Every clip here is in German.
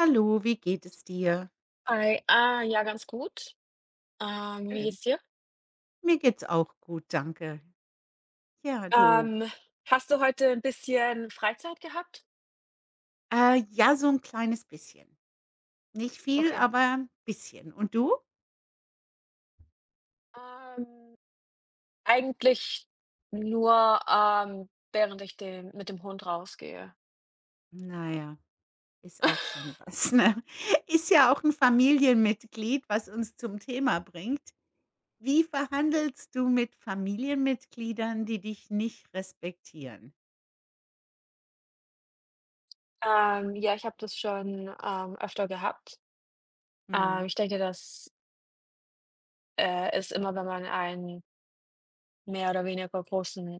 Hallo, wie geht es dir? Hi, ja, ganz gut. Wie Schön. geht's dir? Mir geht's auch gut, danke. Ja, du. Ähm, Hast du heute ein bisschen Freizeit gehabt? Ja, so ein kleines bisschen. Nicht viel, Okay. aber ein bisschen. Und du? Ähm, Eigentlich nur, während ich den mit dem Hund rausgehe. Naja, ist auch schon was, ne? Ist ja auch ein Familienmitglied, was uns zum Thema bringt. Wie verhandelst du mit Familienmitgliedern, die dich nicht respektieren? Ja, ich habe das schon, öfter gehabt. Mhm. Ich denke, das ist immer, wenn man einen mehr oder weniger großen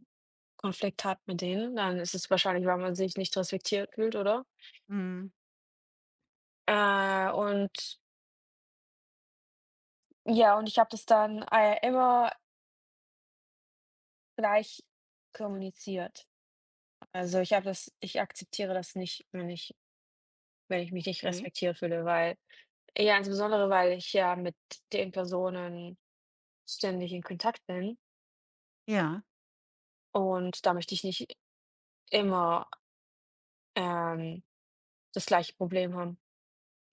Konflikt hat mit denen, dann ist es wahrscheinlich, weil man sich nicht respektiert fühlt, oder? Mhm. Äh, und Ja, und ich habe das dann, immer gleich kommuniziert. Also, ich akzeptiere das nicht, wenn ich mich nicht Okay. respektiert fühle, weil ja, insbesondere, weil ich ja mit den Personen ständig in Kontakt bin Ja. und da möchte ich nicht immer, ähm, das gleiche Problem haben.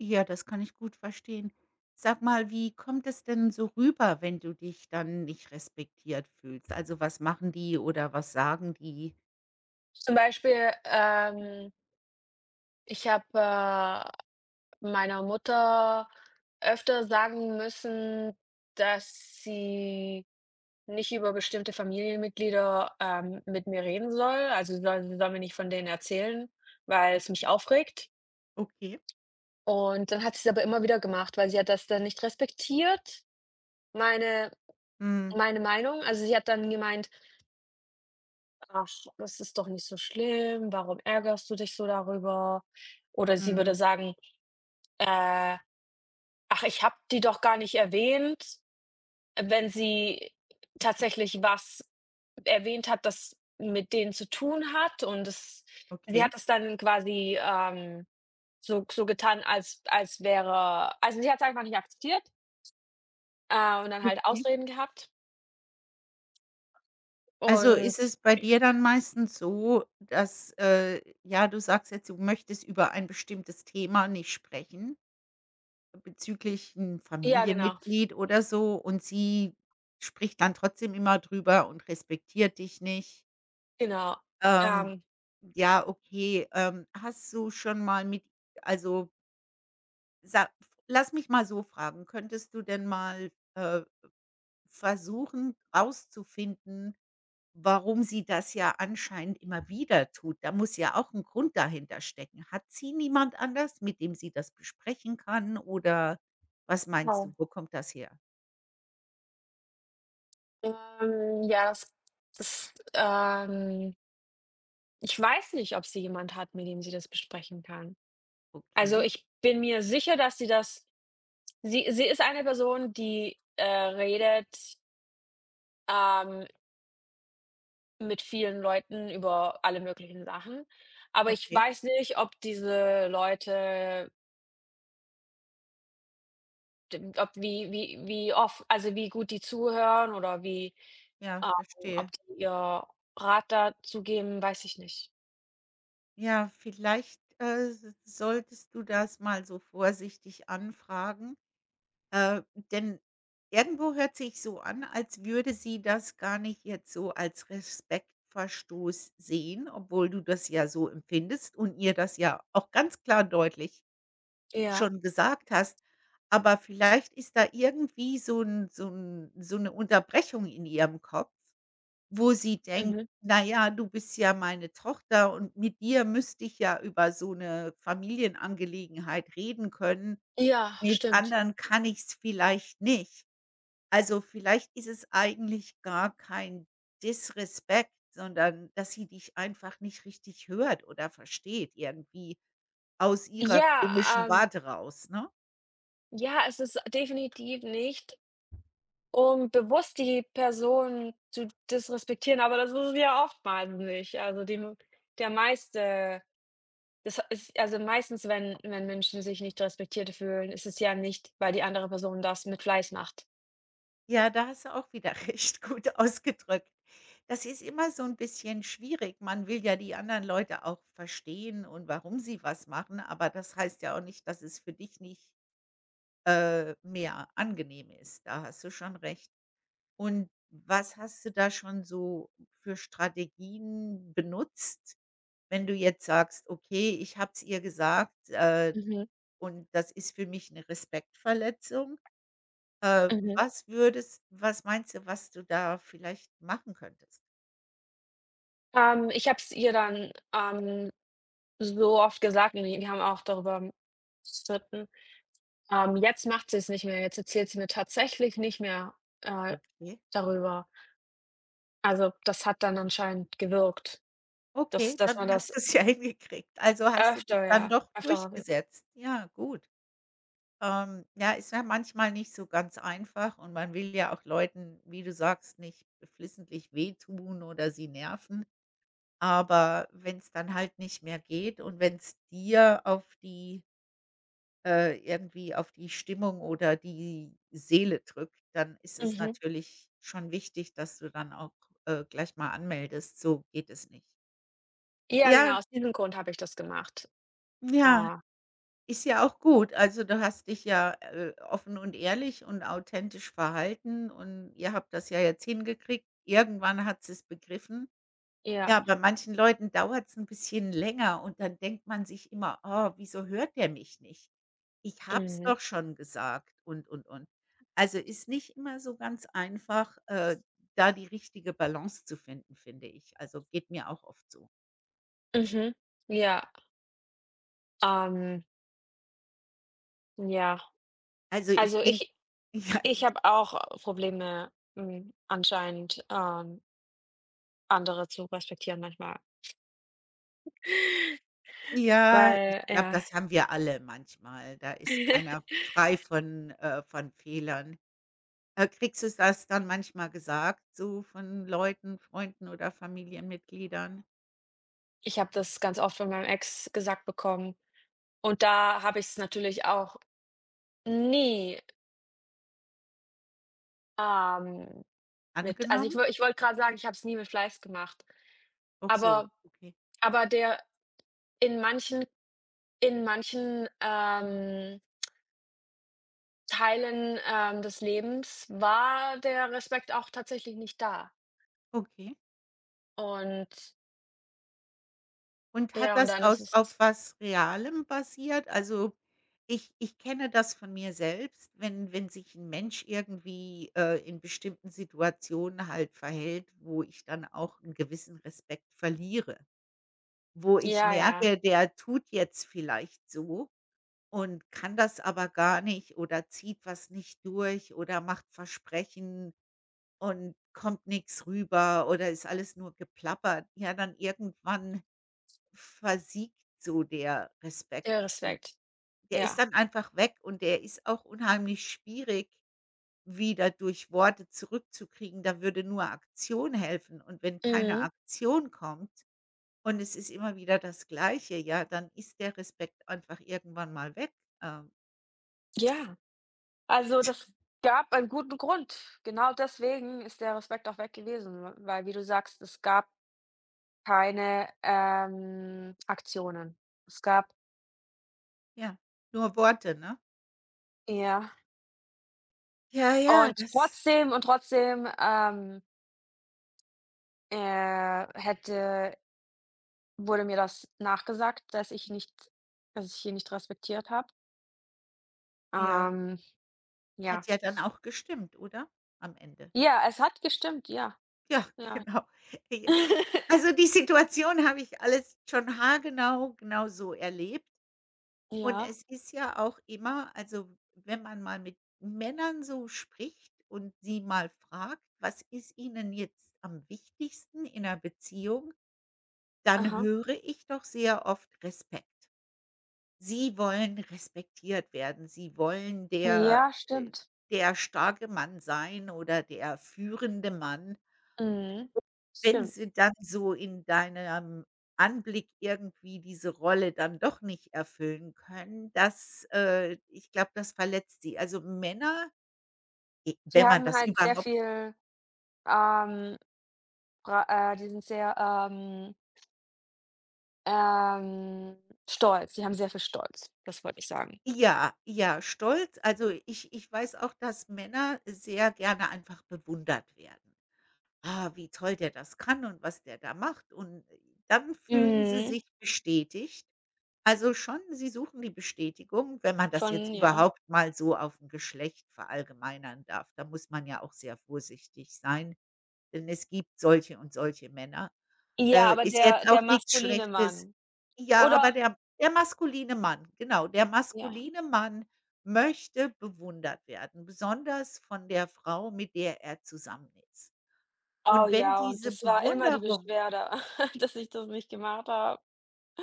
Ja, das kann ich gut verstehen. Sag mal, wie kommt es denn so rüber, wenn du dich dann nicht respektiert fühlst? Also, was machen die oder was sagen die? Zum Beispiel, ich habe, meiner Mutter öfter sagen müssen, dass sie nicht über bestimmte Familienmitglieder, mit mir reden soll. Also, sie soll mir nicht von denen erzählen, weil es mich Okay. aufregt. Okay. Und dann hat sie es aber immer wieder gemacht, weil sie hat das dann nicht respektiert, meine Mhm. meine Meinung. Also, sie hat dann gemeint: „Ach, das ist doch nicht so schlimm. Warum ärgerst du dich so darüber?“ Oder sie würde Mhm. sagen, äh: „Ach, ich habe die doch gar nicht erwähnt.“ Wenn sie tatsächlich was erwähnt hat, das mit denen zu tun hat, und das sie hat Okay. es dann quasi, so getan, also, sie hat es einfach nicht akzeptiert, und dann halt Okay. Ausreden gehabt Also, und ist es bei ja. dir dann meistens so, dass, ja, du sagst jetzt, du möchtest über ein bestimmtes Thema nicht sprechen, bezüglich ein Ja, genau, Familienmitglied oder so, und sie spricht dann trotzdem immer drüber und respektiert dich nicht? genau. Ähm, Ähm, ja, okay. Hast du schon mal mit also, sa lass mich mal so fragen, könntest du denn mal, versuchen rauszufinden, warum sie das ja anscheinend immer wieder tut? Da muss ja auch ein Grund dahinter stecken. Hat sie niemand anders, mit dem sie das besprechen kann, oder was meinst du? genau. Wo kommt das her? Ja, das, ich weiß nicht, ob sie jemand hat, mit dem sie das besprechen kann. Also, Okay, ich bin mir sicher, dass sie ist eine Person, die, redet, ähm mit vielen Leuten über alle möglichen Sachen. Aber ich okay. weiß nicht, ob diese Leute d ob wie oft, also, wie gut die zuhören oder wie Ja, ob verstehe. die ihr Rat dazu geben, weiß ich nicht. Ja, vielleicht, s solltest du das mal so vorsichtig anfragen, äh, denn irgendwo hört sich so an, als würde sie das gar nicht jetzt so als Respektverstoß sehen, obwohl du das ja so empfindest und ihr das ja auch ganz klar deutlich Ja. schon gesagt hast. Aber vielleicht ist da irgendwie so 'ne Unterbrechung in ihrem Kopf. Wo sie denkt: Mhm. „Na ja, du bist ja meine Tochter und mit dir müsste ich ja über so eine Familienangelegenheit reden können. Ja, Mit stimmt. anderen kann ich's vielleicht nicht.“ Also, vielleicht ist es eigentlich gar kein Disrespekt, sondern dass sie dich einfach nicht richtig hört oder versteht irgendwie aus ihrer Ja, komischen Warte raus, ne? ja, es ist definitiv nicht, um bewusst die Person zu disrespektieren, aber das ist es ja oftmals nicht. Also, die der meiste Das ist, also, meistens, wenn Menschen sich nicht respektiert fühlen, ist es ja nicht, weil die andere Person das mit Fleiß macht. Ja, da hast du auch wieder recht gut ausgedrückt. Das ist immer so ein bisschen schwierig. Man will ja die anderen Leute auch verstehen und warum sie was machen, aber das heißt ja auch nicht, dass es für dich nicht, mehr angenehm ist. Da hast du schon recht. Und was hast du da schon so für Strategien benutzt, wenn du jetzt sagst: „Okay, ich habe es ihr gesagt, Mhm, und das ist für mich eine Respektverletzung“? Mhm. Was meinst du, was du da vielleicht machen könntest? Ich habe es ihr dann, so oft gesagt und wir haben auch darüber gestritten. Jetzt macht sie es nicht mehr, jetzt erzählt sie mir tatsächlich nicht mehr, äh, Okay, darüber. Also, das hat dann anscheinend gewirkt, dass okay, dass dann man das hast du's ja hingekriegt. Also, hast du dich öfter, dann ja, doch öfter. durchgesetzt. Ja, gut. Ja, ist ja manchmal nicht so ganz einfach und man will ja auch Leuten, wie du sagst, nicht geflissentlich wehtun oder sie nerven. Aber wenn's dann halt nicht mehr geht und wenn's dir auf die irgendwie auf die Stimmung oder die Seele drückt, dann ist es Mhm. natürlich schon wichtig, dass du dann auch, gleich mal anmeldest, so geht es nicht. Ja, Ja, genau, aus diesem Grund habe ich das gemacht. ja, Ah, ist ja auch gut. Also, du hast dich ja, offen und ehrlich und authentisch verhalten und ihr habt das ja jetzt hingekriegt. Irgendwann hat sie es begriffen. ja. Ja, bei manchen Leuten dauert's 'n bisschen länger und dann denkt man sich immer: „Oh, wieso hört der mich nicht? Ich hab's Mhm, doch schon gesagt“, und, und. Also, ist nicht immer so ganz einfach, da die richtige Balance zu finden, finde ich. Also, geht mir auch oft so. mhm, ja. Ähm, ja, Also, ich also denke ich ja, ich habe auch Probleme, hm, anscheinend, andere zu respektieren manchmal, ja, ich weil glaube, ja, das haben wir alle manchmal. Da ist keiner frei von Fehlern. Kriegst du das dann manchmal gesagt, so von Leuten, Freunden oder Familienmitgliedern ich habe das ganz oft von meinem Ex gesagt bekommen und da habe ich es natürlich auch nie, ähm, mit also angenommen? Ich wollte gerade sagen, ich habe es nie mit Fleiß gemacht, Auch so, aber okay, aber der in manchen in manchen, Teilen, des Lebens war der Respekt auch tatsächlich nicht da. okay. Und Und hat ja, und das dann ist aus es auf was Realem basiert? Also, ich kenne das von mir selbst, wenn sich 'n Mensch irgendwie, in bestimmten Situationen halt verhält, wo ich dann auch 'n gewissen Respekt verliere, wo ich ja, ja, merke, der tut jetzt vielleicht so und kann das aber gar nicht oder zieht was nicht durch oder macht Versprechen und kommt nix rüber oder ist alles nur geplappert. Ja, dann irgendwann versiegt so der Respekt der und Respekt. der ist Ja. dann einfach weg und der ist auch unheimlich schwierig wieder durch Worte zurückzukriegen. Da würde nur Aktion helfen und wenn keine Mhm. Aktion kommt und es ist immer wieder das Gleiche, ja, dann ist der Respekt einfach irgendwann mal weg. Ähm, Ja. Also, das gab einen guten Grund. Genau deswegen ist der Respekt auch weg gewesen, w weil wie du sagst, es gab keine, Aktionen. Es gab ja, nur Worte, ne? ja. Ja, ja, Und das trotzdem, hätte wurde mir das nachgesagt, dass ich hier nicht respektiert habe. Ja, Ähm, ja, hat ja dann es auch gestimmt, oder? Am Ende. ja, es hat gestimmt, ja, Ja, ja. genau. Also, die Situation habe ich alles schon haargenau so erlebt. Und Ja, es ist ja auch immer also, wenn man mal mit Männern so spricht und sie mal fragt: „Was ist Ihnen jetzt am wichtigsten in 'ner Beziehung?“, dann aha. höre ich doch sehr oft Respekt. Sie wollen respektiert werden. Sie wollen Ja, äh, stimmt. der starke Mann sein oder der führende Mann. Mhm. Wenn Stimmt. sie dann so in deinem Anblick irgendwie diese Rolle dann doch nicht erfüllen können, das ich glaube, das verletzt sie. Also, Männer, e Die wenn man haben das halt sehr überhaupt viel, ähm, bra die sind sehr, ähm, stolz. Die haben sehr viel Stolz, das wollte ich sagen. ja, ja, stolz also, ich weiß auch, dass Männer sehr gerne einfach bewundert werden. „Ah, wie toll der das kann und was der da macht“, und dann fühlen sie Mhm, sich bestätigt. Also schon, sie suchen die Bestätigung, wenn man das jetzt von ja. überhaupt mal so auf 'n Geschlecht verallgemeinern darf. Da muss man ja auch sehr vorsichtig sein, denn es gibt solche und solche Männer. Ja, aber Ist jetzt der auch nix maskuline Schlechtes Mann, ja, aber oder der maskuline Mann, genau, der ja. maskuline Mann möchte bewundert werden, besonders von der Frau, mit der er zusammen ist. Oh Und wenn ja, und diese das war immer die Bewunderung Beschwerde, dass ich das nicht gemacht habe.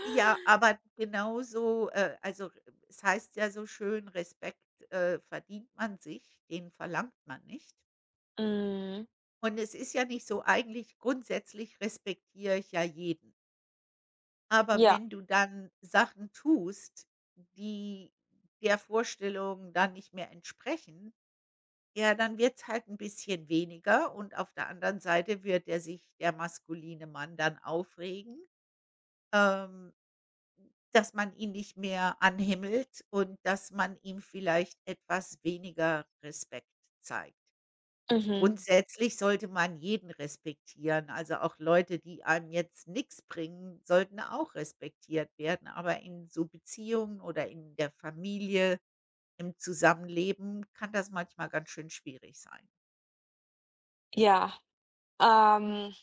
Ja, aber genauso, also, es heißt ja so schön, Respekt, verdient man sich, den verlangt man nicht. Mhm. Und es ist ja nicht so, eigentlich grundsätzlich respektiere ich ja jeden. Aber Ja, wenn du dann Sachen tust, die der Vorstellung dann nicht mehr entsprechen, ja, dann wird es halt ein bisschen weniger und auf der anderen Seite wird er sich der maskuline Mann dann aufregen, ähm dass man ihn nicht mehr anhimmelt und dass man ihm vielleicht etwas weniger Respekt zeigt. Mhm. mhm, Grundsätzlich sollte man jeden respektieren, also auch Leute, die einem jetzt nichts bringen, sollten auch respektiert werden. Aber in so Beziehungen oder in der Familie, im Zusammenleben kann das manchmal ganz schön schwierig sein. ja. Ähm,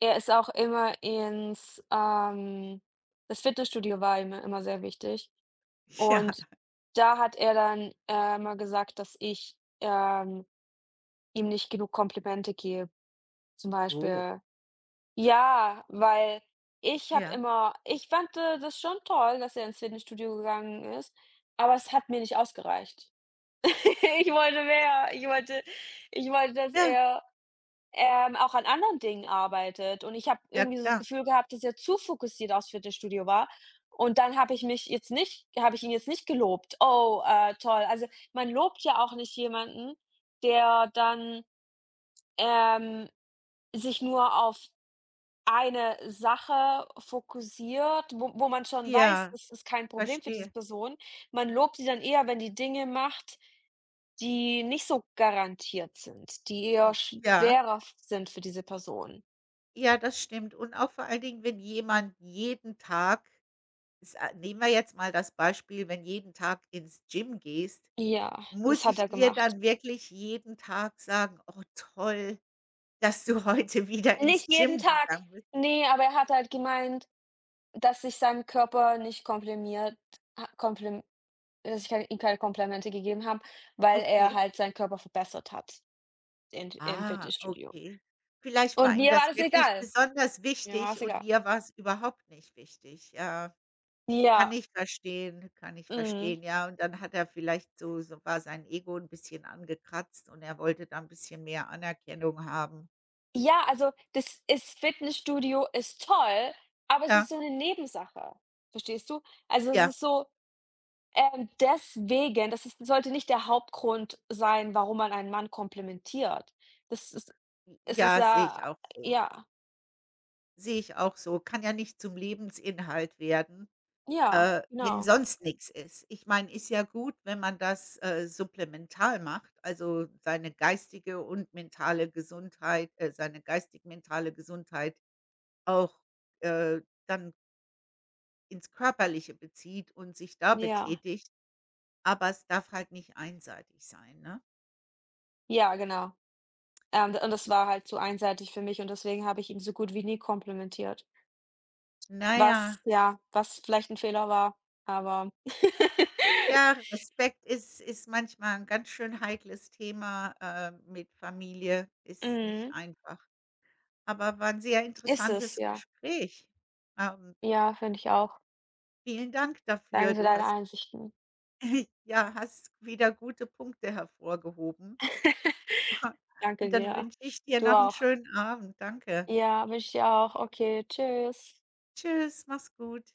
er ist auch immer ins das Fitnessstudio war ihm immer sehr wichtig. Ja. Und da hat er dann, immer gesagt, dass ich, ihm nicht genug Komplimente gebe. Zum Oh. Beispiel. Ja, weil ich habe Ja. immer ich fand, das schon toll, dass er ins Fitnessstudio gegangen ist, aber es hat mir nicht ausgereicht. Ich wollte mehr. Ich wollte, dass Ja, er, auch an anderen Dingen arbeitet, und ich habe ja irgendwie so das klar. Gefühl gehabt, dass er zu fokussiert aufs Fitnessstudio war, und dann habe ich mich jetzt nicht habe ich ihn jetzt nicht gelobt. Oh, toll. Also, man lobt ja auch nicht jemanden, der dann, ähm, sich nur auf eine Sache fokussiert, wo man schon weiß, Ja, das ist kein Problem für diese verstehe. Person. Man lobt sie dann eher, wenn die Dinge macht, die nicht so garantiert sind, die eher I ja. schwerer sind für diese Person. Ja, das stimmt. Und auch vor allen Dingen, wenn jemand jeden Tag s a nehmen wir jetzt mal das Beispiel, wenn jeden Tag ins Gym gehst, Ja, das muss hat ich er dir gemacht. dann wirklich jeden Tag sagen: „Oh toll, dass du heute wieder Nicht ins jeden Gym Tag. gegangen bist.“ Ne, aber er hat halt gemeint, dass ich seinem Körper nicht komplimiert ha komplim dass ich halt ihm keine Komplimente gegeben habe, weil er Okay. halt seinen Körper verbessert hat in im Ah, Fitnessstudio. okay. Vielleicht Und war ihm mir war das das wirklich egal. besonders Ja wichtig war's. und dir war es überhaupt nicht wichtig, ja. Ja, Kann ich mhm. verstehen, ja. Und dann hat er vielleicht so so war sein Ego ein bisschen angekratzt und er wollte da 'n bisschen mehr Anerkennung haben. Ja, also, das ist Fitnessstudio ist toll, aber es ist Ja, so 'ne Nebensache. Verstehst du? Also, es ja, ist so, deswegen das ist sollte nicht der Hauptgrund sein, warum man einen Mann komplimentiert. Das ist es ist ja, sehe ich ja, auch so. ja, Sehe ich auch so. Kann ja nicht zum Lebensinhalt werden, ja, wenn genau. sonst nichts ist. Ich meine, ist ja gut, wenn man das, supplemental macht, also seine geistige und mentale Gesundheit seine geistig-mentale Gesundheit auch, äh, dann ins Körperliche bezieht und sich da Ja, betätigt, aber es darf halt nicht einseitig sein, ne? ja, genau. Und das war halt zu einseitig für mich, und deswegen habe ich ihn so gut wie nie komplimentiert. Na ja, Was, ja, was vielleicht 'n Fehler war, aber ja, Respekt ist manchmal 'n ganz schön heikles Thema, mit Familie, ist nicht mhm. einfach. Aber war 'n sehr Ist es, interessantes ja. Gespräch. Ähm, Ja, finde ich auch. vielen Dank dafür. Danke für Du deine hast Einsichten. ja, hast wieder gute Punkte hervorgehoben. Danke Und dann dir. wünsche ich dir Du noch 'n auch. schönen Abend. Danke. Ja, wünsche ich dir auch. Okay, tschüss. Tschüss, mach's gut.